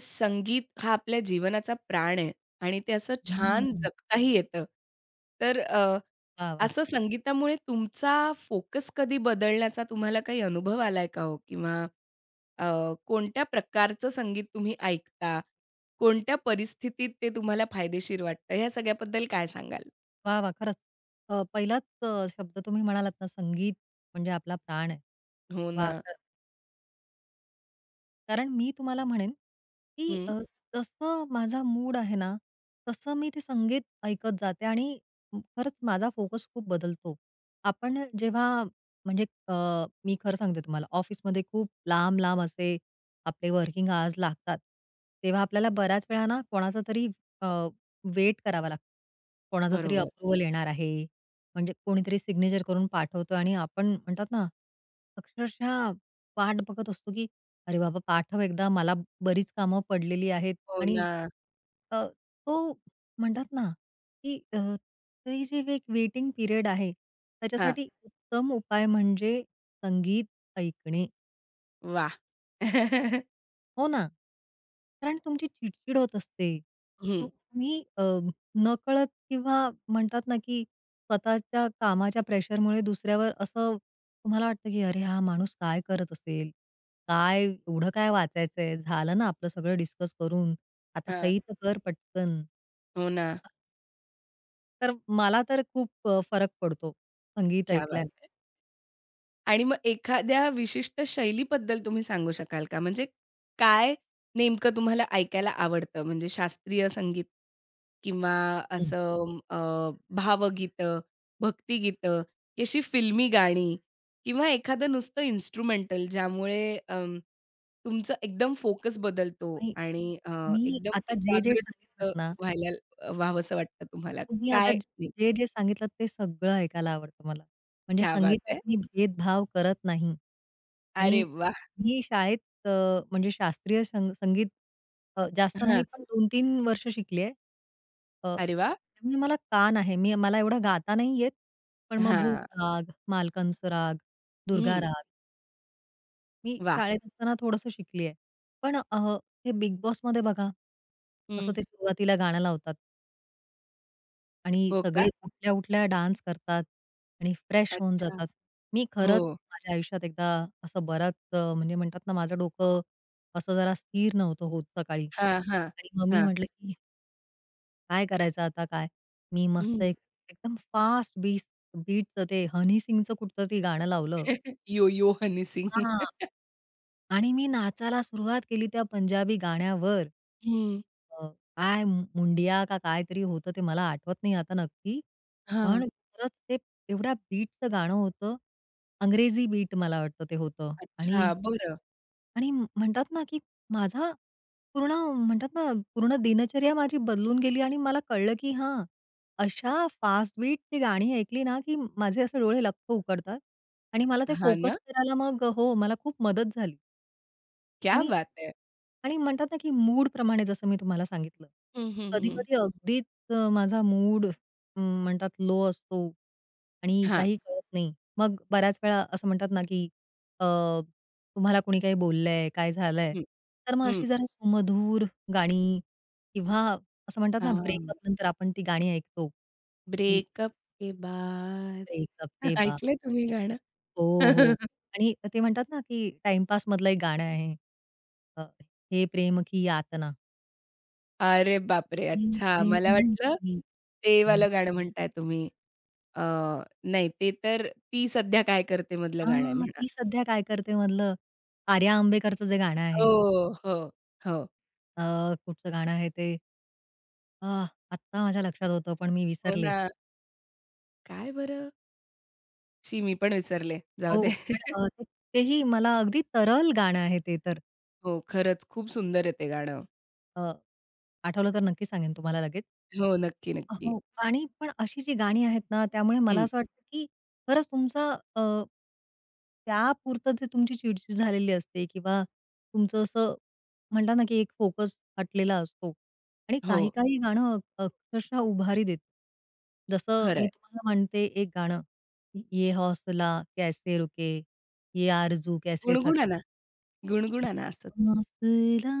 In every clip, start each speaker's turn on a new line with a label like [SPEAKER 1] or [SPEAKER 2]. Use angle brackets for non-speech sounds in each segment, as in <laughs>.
[SPEAKER 1] संगीत हा आपल्या जीवनाचा प्राण आहे आणि ते असं छान
[SPEAKER 2] हम्म.
[SPEAKER 1] जगताही येतं. तर
[SPEAKER 2] वाह! वाह!
[SPEAKER 1] असं संगीतामुळे तुमचा फोकस कधी बदलण्याचा तुम्हाला काही अनुभव आलाय का हो? किंवा अ, कोणत्या प्रकारचं संगीत तुम्ही ऐकता? कोणत्या परिस्थितीत ते तुम्हाला फायदेशीर वाटतं? ह्या सगळ्याबद्दल काय सांगाल?
[SPEAKER 2] वाह! वाह! खरंच. पहिलाच शब्द तुम्ही म्हणालात ना, संगीत म्हणजे आपला प्राण आहे.
[SPEAKER 1] हो ना.
[SPEAKER 2] वाह! कारण मी तुम्हाला म्हणेन, की
[SPEAKER 1] हं.
[SPEAKER 2] अ, जसं माझा मूड आहे ना, तसं मी ते संगीत ऐकत जाते आणि खरंच माझा फोकस खूप बदलतो. आपण जेव्हा म्हणजे अ, मी खरं सांगते तुम्हाला ऑफिसमध्ये खूप लांब-लांब असे आपले वर्किंग आवर्स लागतात. तेव्हा आपल्याला बऱ्याच वेळा ना कोणाचा तरी वेट करावा लागतो. कोणाचा तरी
[SPEAKER 1] बरोबर.
[SPEAKER 2] अप्रूव्हल येणार आहे. म्हणजे कोणीतरी सिग्नेचर करून पाठवतो आणि आपण म्हणतात ना, अक्षरशः वाट बघत असतो, की अरे बाबा, पाठव एकदा मला बरीच कामं पडलेली आहेत
[SPEAKER 1] हो
[SPEAKER 2] आणि
[SPEAKER 1] ना.
[SPEAKER 2] अ, तो म्हणतात ना, की ते जे एक वेटिंग पिरियड आहे,
[SPEAKER 1] हां.
[SPEAKER 2] त्याच्यासाठी उत्तम उपाय म्हणजे संगीत ऐकणे.
[SPEAKER 1] वाह! <laughs>
[SPEAKER 2] हो ना. कारण तुमची चिडचिड होत असते. तु
[SPEAKER 1] हं.
[SPEAKER 2] तुम्ही नकळत किंवा म्हणतात ना, की स्वतःच्या कामाच्या प्रेशरमुळे दुसऱ्यावर असं तुम्हाला वाटतं, की "अरे, हा माणूस काय करत असेल? काय एवढं काय वाचायचंय? झालं ना आपलं सगळं डिस्कस करून. आता
[SPEAKER 1] हां.
[SPEAKER 2] सही तर कर पटकन."
[SPEAKER 1] हो ना.
[SPEAKER 2] तर मला तर खूप फरक पडतो संगीत
[SPEAKER 1] क्या
[SPEAKER 2] ऐकल्याने.
[SPEAKER 1] बात आणि मग एखाद्या विशिष्ट शैलीबद्दल तुम्ही सांगू शकाल का? म्हणजे काय नेमकं तुम्हाला ऐकायला आवडतं? म्हणजे शास्त्रीय संगीत किंवा
[SPEAKER 2] हं.
[SPEAKER 1] असं भावगीतं, भक्तिगीतं, की अशी फिल्मी गाणी किंवा एखादं नुसतं इन्स्ट्रुमेंटल ज्यामुळे तुमचं एकदम फोकस बदलतो
[SPEAKER 2] नाही,
[SPEAKER 1] आणि
[SPEAKER 2] मी
[SPEAKER 1] एकदम
[SPEAKER 2] आता जे
[SPEAKER 1] एकाग्रचित्त
[SPEAKER 2] सांगितलत ना
[SPEAKER 1] व्हायला व्हावंसं वाटतं तुम्हाला?
[SPEAKER 2] तुम्ही आता
[SPEAKER 1] काय?
[SPEAKER 2] जे सांगितलत ते सगळं ऐकायला आवडतं मला. म्हणजे
[SPEAKER 1] क्या बात
[SPEAKER 2] संगीतात
[SPEAKER 1] है!
[SPEAKER 2] मी भेदभाव करत नाही. आणि
[SPEAKER 1] अरे वाह!
[SPEAKER 2] मी शाळेत अ, म्हणजे शास्त्रीय संगीत जास्त नाही
[SPEAKER 1] हां.
[SPEAKER 2] पण 2-3 वर्ष शिकली आहे.
[SPEAKER 1] अरे वाह!
[SPEAKER 2] त्यामुळे मला कान आहे. मी मला एवढं गाता नाही येत. पण मग भूप
[SPEAKER 1] हां.
[SPEAKER 2] राग, मालकंस राग, दुर्गा
[SPEAKER 1] हं.
[SPEAKER 2] राग मी
[SPEAKER 1] वाह!
[SPEAKER 2] शाळेत असताना थोडंसं शिकली आहे. पण हे बिग बॉसमध्ये बघा, कसं
[SPEAKER 1] हं.
[SPEAKER 2] ते सुरुवातीला गाणं लावतात. आणि
[SPEAKER 1] हो का?
[SPEAKER 2] सगळे उठल्या-उठल्या डान्स करतात आणि फ्रेश होऊन
[SPEAKER 1] अच्छा.
[SPEAKER 2] जातात. मी खरंच
[SPEAKER 1] हो.
[SPEAKER 2] माझ्या आयुष्यात एकदा असं बराच म्हणजे म्हणतात ना, माझं डोकं असं जरा स्थिर नव्हतं होत सकाळी
[SPEAKER 1] हां, हां,
[SPEAKER 2] आणि मग मी
[SPEAKER 1] हां.
[SPEAKER 2] म्हटलं, की काय करायचं आता काय? मी मस्त
[SPEAKER 1] हं.
[SPEAKER 2] एक एकदम फास्ट बीस बीटचं ते हनी सिंगचं कुठचं ते गाणं लावलं.
[SPEAKER 1] <laughs> यो-यो हनी सिंग.
[SPEAKER 2] हां. आणि मी नाचायला सुरुवात केली त्या पंजाबी गाण्यावर.
[SPEAKER 1] हं.
[SPEAKER 2] अ, काय मुंडिया का काहीतरी होतं ते मला आठवत नाही आता नक्की.
[SPEAKER 1] हां.
[SPEAKER 2] पण खरंच ते एवढ्या बीटचं गाणं होतं. अंग्रेजी बीट मला वाटतं ते होतं आणि
[SPEAKER 1] अच्छा, बरं.
[SPEAKER 2] आणि म- म्हणतात ना, की माझा पूर्ण म्हणतात ना, पूर्ण दिनचर्या माझी बदलून गेली आणि मला कळलं, की हां, अशा फास्ट बीटची गाणी ऐकली ना, की माझे असे डोळे लख्ख उघडतात आणि मला ते
[SPEAKER 1] हां
[SPEAKER 2] फोकस
[SPEAKER 1] ना?
[SPEAKER 2] करायला मग हो, मला खूप मदत झाली
[SPEAKER 1] क्या
[SPEAKER 2] आणि
[SPEAKER 1] बात है!
[SPEAKER 2] आणि म्हणतात ना, की मूडप्रमाणे जसं मी तुम्हाला सांगितलं.
[SPEAKER 1] हं, हं, हं.
[SPEAKER 2] कधी-कधी अगदीच माझा मूड म्हणतात लो असतो आणि
[SPEAKER 1] हां.
[SPEAKER 2] काही कळत नाही. मग बऱ्याच वेळा असं म्हणतात ना, की अ, तुम्हाला कोणी काही बोललंय, काय झालंय?
[SPEAKER 1] हं.
[SPEAKER 2] तर मग
[SPEAKER 1] हं.
[SPEAKER 2] अशी जरा सुमधूर गाणी किंवा असं म्हणतात ना,
[SPEAKER 1] हां.
[SPEAKER 2] ब्रेकअप नंतर आपण ती गाणी ऐकतो, की
[SPEAKER 1] ब्रेकअप के बाद.
[SPEAKER 2] ब्रेकअप के बाद
[SPEAKER 1] ऐकलंय तुम्ही गाणं?
[SPEAKER 2] हो, हो.
[SPEAKER 1] <laughs>
[SPEAKER 2] आणि ते म्हणतात ना, की टाईमपासमधलं एक गाणं आहे. अ, हे प्रेम की यातना.
[SPEAKER 1] अरे बापरे!
[SPEAKER 2] प्रेम
[SPEAKER 1] अच्छा, मला
[SPEAKER 2] प्रेम
[SPEAKER 1] वाटलं
[SPEAKER 2] प्रिय.
[SPEAKER 1] ते वालं गाणं म्हणताय तुम्ही. अ, नाही ते तर "ती सध्या काय करते" मधलं गाणं आहे
[SPEAKER 2] हां,
[SPEAKER 1] म्हणा.
[SPEAKER 2] ती सध्या काय करते मधलं आर्या आंबेकरचं जे गाणं आहे,
[SPEAKER 1] हो, हो, हो.
[SPEAKER 2] अ, कुठचं गाणं आहे ते? अ, आत्ता माझ्या लक्षात होतं, पण मी
[SPEAKER 1] हो
[SPEAKER 2] विसरले.
[SPEAKER 1] ना. काय बरं? शी मी पण विसरले. जाऊ दे.
[SPEAKER 2] हो, पण
[SPEAKER 1] <laughs>
[SPEAKER 2] तेही मला अगदी तरल गाणं आहे ते तर.
[SPEAKER 1] हो, खरंच खूप सुंदर आहे ते गाणं.
[SPEAKER 2] अ, आठवलं तर नक्की सांगेन तुम्हाला लगेच.
[SPEAKER 1] हो, नक्की, नक्की.
[SPEAKER 2] हो. आणि पण अशी जी गाणी आहेत ना, त्यामुळे मला
[SPEAKER 1] हं.
[SPEAKER 2] असं वाटतं, की खरंच तुमचा अ, त्यापुरतं जे तुमची चिड झालेली असते किंवा तुमचं असं म्हणतात ना, की एक फोकस हटलेला असतो आणि
[SPEAKER 1] हो,
[SPEAKER 2] काही-काही गाणं अक्षरशः उभारी देतं. जसं मी
[SPEAKER 1] खरं
[SPEAKER 2] तुम्हाला म्हणते एक गाणं, "ये हौसला कैसे रुके, ये आरज़ू कैसे थकी,
[SPEAKER 1] गुणगुणा ना, गुणगुणा ना असंच.
[SPEAKER 2] ये हौसला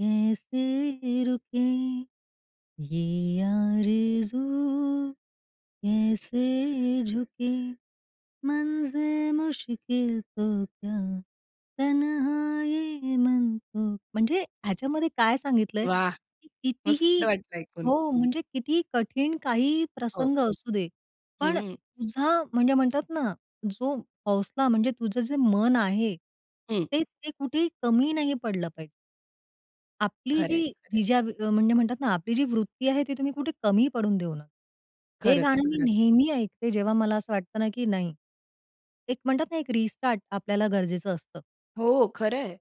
[SPEAKER 2] कैसे रुके." ये आरज़ू कैसे झुके मंज़िल मुश्किल तो क्या तन्हा ये मन तो म्हणजे ह्याच्यामध्ये काय सांगितलंय,
[SPEAKER 1] वाह!
[SPEAKER 2] की कितीही
[SPEAKER 1] मस्त वाटलं ऐकून.
[SPEAKER 2] हो, म्हणजे कितीही कठीण काही
[SPEAKER 1] हो.
[SPEAKER 2] प्रसंग असू दे, पण
[SPEAKER 1] हं,
[SPEAKER 2] तुझा म्हणजे म्हणतात ना, जो हौसला म्हणजे तुझं जे मन आहे,
[SPEAKER 1] हं.
[SPEAKER 2] ते ते कुठेही कमी नाही पडलं पाहिजे. आपली
[SPEAKER 1] खरं
[SPEAKER 2] जी
[SPEAKER 1] आहे, खरं आहे.
[SPEAKER 2] म्हणजे म्हणतात ना, आपली जी वृत्ती आहे, ती तुम्ही कुठे कमी पडून देऊ नका. हे
[SPEAKER 1] खरंच,
[SPEAKER 2] गाणं मी
[SPEAKER 1] खरंच.
[SPEAKER 2] नेहमी ऐकते, जेव्हा मला असं वाटतं ना, की नाही, एक म्हणतात ना, एक रिस्टार्ट आपल्याला गरजेचं असतं.
[SPEAKER 1] हो, खरं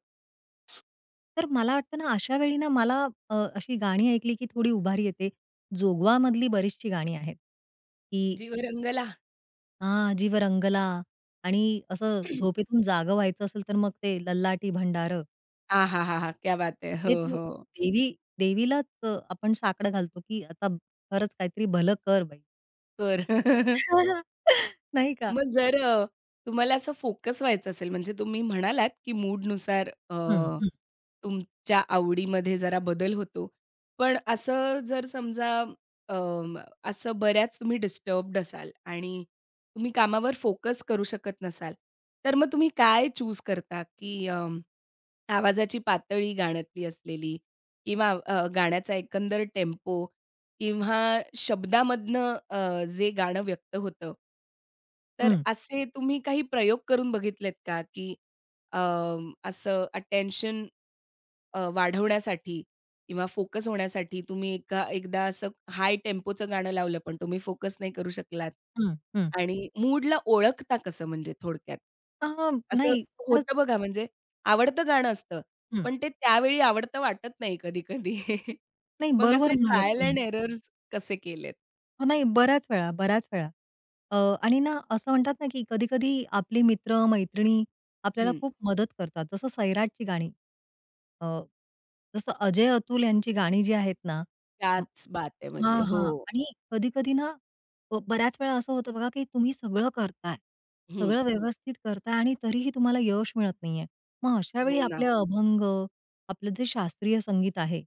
[SPEAKER 2] तर मला वाटतं ना, अशा वेळी ना, मला अशी गाणी ऐकली, की थोडी उभारी येते. जोगवामधली बरीचशी गाणी आहेत, की
[SPEAKER 1] जीव रंगला.
[SPEAKER 2] "आ जीव रंगला" आणि असं
[SPEAKER 1] <clears throat>
[SPEAKER 2] झोपेतून जागं व्हायचं असेल, तर मग ते ललाटी भंडार.
[SPEAKER 1] आहाहाहा! क्या बात है! हो,
[SPEAKER 2] म्हणजे ती
[SPEAKER 1] हो.
[SPEAKER 2] देवी देवीलाच आपण साकडं घालतो, की आता खरंच काहीतरी भलं कर बाई.
[SPEAKER 1] तर <laughs>
[SPEAKER 2] <laughs> नाही का?
[SPEAKER 1] मग जर तुम्हाला असं फोकस व्हायचं असेल, म्हणजे तुम्ही म्हणालात, की मूडनुसार
[SPEAKER 2] हं, हं,
[SPEAKER 1] तुमच्या आवडीमध्ये जरा बदल होतो. पण असं जर समजा अ, असं बऱ्याच तुम्ही डिस्टर्ब्ड असाल आणि तुम्ही कामावर फोकस करू शकत नसाल, तर मग तुम्ही काय चूज करता? की आवाजाची पातळी गाण्यातली असलेली किंवा गाण्याचा एकंदर टेम्पो किंवा शब्दामधनं जे गाणं व्यक्त होतं. तर
[SPEAKER 2] हं,
[SPEAKER 1] असे तुम्ही काही प्रयोग करून बघितलेत का, की अ, असं अटेन्शन वाढवण्यासाठी किंवा फोकस होण्यासाठी तुम्ही एका एकदा असं हाय टेम्पोचं गाणं लावलं, पण तुम्ही फोकस नाही करू शकलात
[SPEAKER 2] हं, हं.
[SPEAKER 1] आणि मूडला ओळखता कसं म्हणजे थोडक्यात?
[SPEAKER 2] हां,
[SPEAKER 1] असं
[SPEAKER 2] नाही खरंच.
[SPEAKER 1] होतं बघा म्हणजे आवडतं गाणं असतं,
[SPEAKER 2] हं.
[SPEAKER 1] पण ते त्यावेळी आवडतं वाटत नाही कधी-कधी.
[SPEAKER 2] नाही
[SPEAKER 1] मग
[SPEAKER 2] बरोबर
[SPEAKER 1] असे
[SPEAKER 2] म्हणालात
[SPEAKER 1] ट्रायल
[SPEAKER 2] तुम्ही.
[SPEAKER 1] एंड एरर्स कसे केलेत?
[SPEAKER 2] हो, नाही बऱ्याच वेळा, बऱ्याच वेळा. अ, आणि ना असं म्हणतात ना, की कधी-कधी आपले मित्र, मैत्रिणी आपल्याला
[SPEAKER 1] हं.
[SPEAKER 2] खूप मदत करतात. जसं सैराटची गाणी. अ, जसं अजय-अतुल यांची गाणी जी आहेत ना,
[SPEAKER 1] त्याच बात आहे म्हणजे
[SPEAKER 2] हां,
[SPEAKER 1] हो.
[SPEAKER 2] हां. आणि कधी-कधी ना बऱ्याच वेळा असं होतं बघा, की तुम्ही सगळं करताय.
[SPEAKER 1] हं.
[SPEAKER 2] सगळं व्यवस्थित करताय आणि तरीही तुम्हाला यश मिळत नाहीये. मग अशा वेळी
[SPEAKER 1] हो ना.
[SPEAKER 2] आपले अभंग, आपलं जे शास्त्रीय संगीत आहे,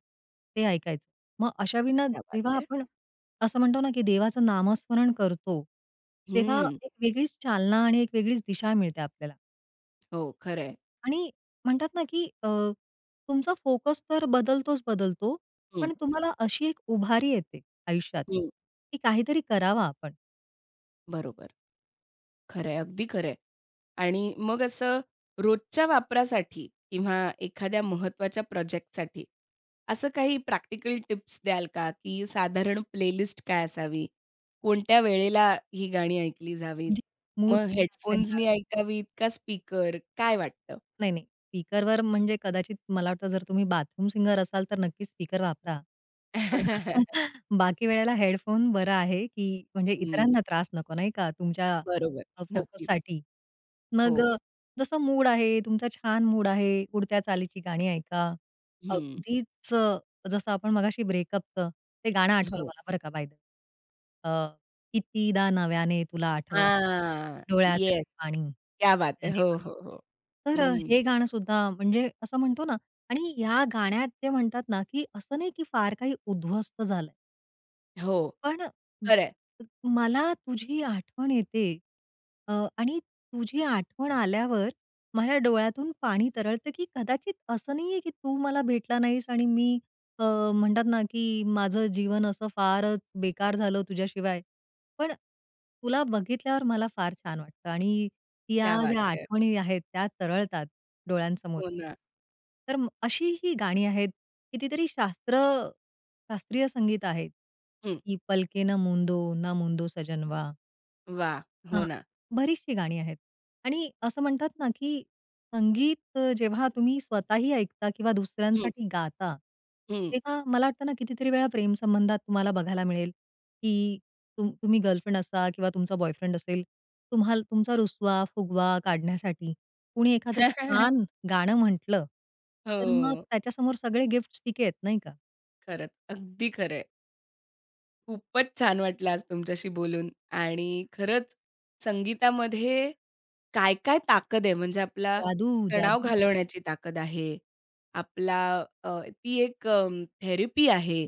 [SPEAKER 2] ते ऐकायचं. मग अशा वेळी ना
[SPEAKER 1] क्या बात
[SPEAKER 2] जेव्हा
[SPEAKER 1] है!
[SPEAKER 2] आपण असं म्हणतो ना, की देवाचं नामस्मरण करतो, तेव्हा
[SPEAKER 1] हं.
[SPEAKER 2] एक वेगळीच चालना आणि एक वेगळीच दिशा मिळते आपल्याला.
[SPEAKER 1] हो, खरं आहे.
[SPEAKER 2] आणि म्हणतात ना, की तुमचा फोकस तर बदलतोच बदलतो,
[SPEAKER 1] हं,
[SPEAKER 2] पण तुम्हाला अशी एक उभारी येते आयुष्यात,
[SPEAKER 1] हं.
[SPEAKER 2] की काहीतरी करावा आपण.
[SPEAKER 1] बरोबर. खरं आहे, अगदी खरं आहे. आणि मग असं रोजच्या वापरासाठी किंवा एखाद्या महत्त्वाच्या प्रोजेक्टसाठी असं काही प्रॅक्टिकल टिप्स द्याल का, की साधारण प्लेलिस्ट काय असावी? कोणत्या वेळेला ही गाणी ऐकली जावीत?
[SPEAKER 2] म्हणजे मूड
[SPEAKER 1] मग हेडफोन्सनी ऐकावीत का स्पीकर? काय वाटतं?
[SPEAKER 2] नाही, नाही. स्पीकरवर म्हणजे कदाचित मला वाटतं जर तुम्ही बाथरूम सिंगर असाल तर नक्कीच स्पीकर वापरा. पण <laughs> बाकी वेळेला हेडफोन बरा आहे, की म्हणजे
[SPEAKER 1] हं.
[SPEAKER 2] इतरांना त्रास नको नाही का तुमच्या
[SPEAKER 1] बरोबर. नक्कीच.
[SPEAKER 2] फोकससाठी.
[SPEAKER 1] हो.
[SPEAKER 2] मग जसं मूड आहे, तुमचा छान मूड आहे, उडत्या चालीची गाणी ऐका.
[SPEAKER 1] हं.
[SPEAKER 2] अगदीच जसं आपण मगाशी ब्रेकअपचं ते गाणं आठवलं
[SPEAKER 1] हो.
[SPEAKER 2] मला बरं का बाय कितीदा नव्याने तुला आठवावं,
[SPEAKER 1] हां.
[SPEAKER 2] डोळ्यातले
[SPEAKER 1] येस.
[SPEAKER 2] पाणी
[SPEAKER 1] क्या बात है!
[SPEAKER 2] नव्याने
[SPEAKER 1] हो, हो, हो.
[SPEAKER 2] वहावे. तर
[SPEAKER 1] हं.
[SPEAKER 2] हे गाणं सुद्धा म्हणजे असं म्हणतो ना आणि या गाण्यात ते म्हणतात ना, की असं नाही की फार काही उद्ध्वस्त झालंय.
[SPEAKER 1] हो.
[SPEAKER 2] पण म
[SPEAKER 1] खरं आहे.
[SPEAKER 2] मला तुझी आठवण येते अ, आणि तुझी आठवण आल्यावर माझ्या डोळ्यातून पाणी तरळतं, की कदाचित असं नाहीये, की तू मला भेटला नाहीस आणि मी अ, म्हणतात ना, की माझं जीवन असं फारच बेकार झालं तुझ्याशिवाय. पण तुला बघितल्यावर मला फार छान वाटतं आणि या
[SPEAKER 1] क्या बात
[SPEAKER 2] ज्या
[SPEAKER 1] है!
[SPEAKER 2] आठवणी आहेत त्या तरळतात डोळ्यांसमोर.
[SPEAKER 1] हो ना.
[SPEAKER 2] तर अशी ही गाणी आहेत, कितीतरी शास्त्रीय संगीत आहेत.
[SPEAKER 1] हं.
[SPEAKER 2] ती पलके ना मुंदो, ना मुंदो सजनवा
[SPEAKER 1] वाह! हो
[SPEAKER 2] हां,
[SPEAKER 1] ना.
[SPEAKER 2] बरीचशी गाणी आहेत. आणि असं म्हणतात ना, की संगीत जेव्हा तुम्ही स्वतःही ऐकता किंवा
[SPEAKER 1] हं,
[SPEAKER 2] दुसऱ्यांसाठी गाता,
[SPEAKER 1] हं.
[SPEAKER 2] तेव्हा मला वाटतं ना, कितीतरी वेळा प्रेमसंबंधात तुम्हाला बघायला मिळेल, की तुम्ही गर्लफ्रेंड असा किंवा तुमचा बॉयफ्रेंड असेल, तुम्हाला तुमचा रुसवा-फुगवा काढण्यासाठी कुणी एखादं छान
[SPEAKER 1] <laughs>
[SPEAKER 2] गाणं म्हटलं, तर मग
[SPEAKER 1] हो.
[SPEAKER 2] त्याच्यासमोर सगळे गिफ्ट्स फिके आहेत, नाही का?
[SPEAKER 1] खरंच. अगदी खरं आहे. खूपच छान वाटलं आज तुमच्याशी बोलून आणि खरंच संगीतामध्ये काय काय ताकद आहे म्हणजे आपला
[SPEAKER 2] जादू,
[SPEAKER 1] तणाव
[SPEAKER 2] जादू.
[SPEAKER 1] हम्म. घालवण्याची ताकद आहे. आपला ती एक थेरपी आहे.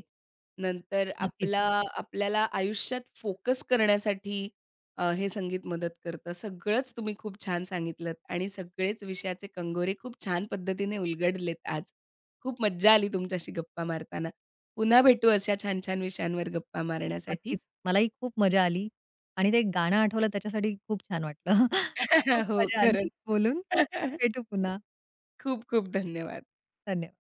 [SPEAKER 1] नंतर
[SPEAKER 2] नक्कीच.
[SPEAKER 1] आपला आपल्याला आयुष्यात फोकस करण्यासाठी हे संगीत मदत करतं. सगळंच तुम्ही खूप छान सांगितलत आणि सगळेच विषयाचे कंगोरे खूप छान पद्धतीने उलगडलेत आज. खूप मज्जा आली तुमच्याशी गप्पा मारताना. पुन्हा भेटू अशा छान-छान विषयांवर गप्पा मारण्यासाठी.
[SPEAKER 2] नक्कीच. मलाही खूप मजा आली आणि ते गाणं आठवलं त्याच्यासाठी खूप छान वाटलं. <laughs> खूप
[SPEAKER 1] <laughs> हो,
[SPEAKER 2] मजा आली
[SPEAKER 1] खरंच.
[SPEAKER 2] बोलून.
[SPEAKER 1] <laughs>
[SPEAKER 2] भेटू पुन्हा.
[SPEAKER 1] खूप खूप धन्यवाद.
[SPEAKER 2] धन्यवाद.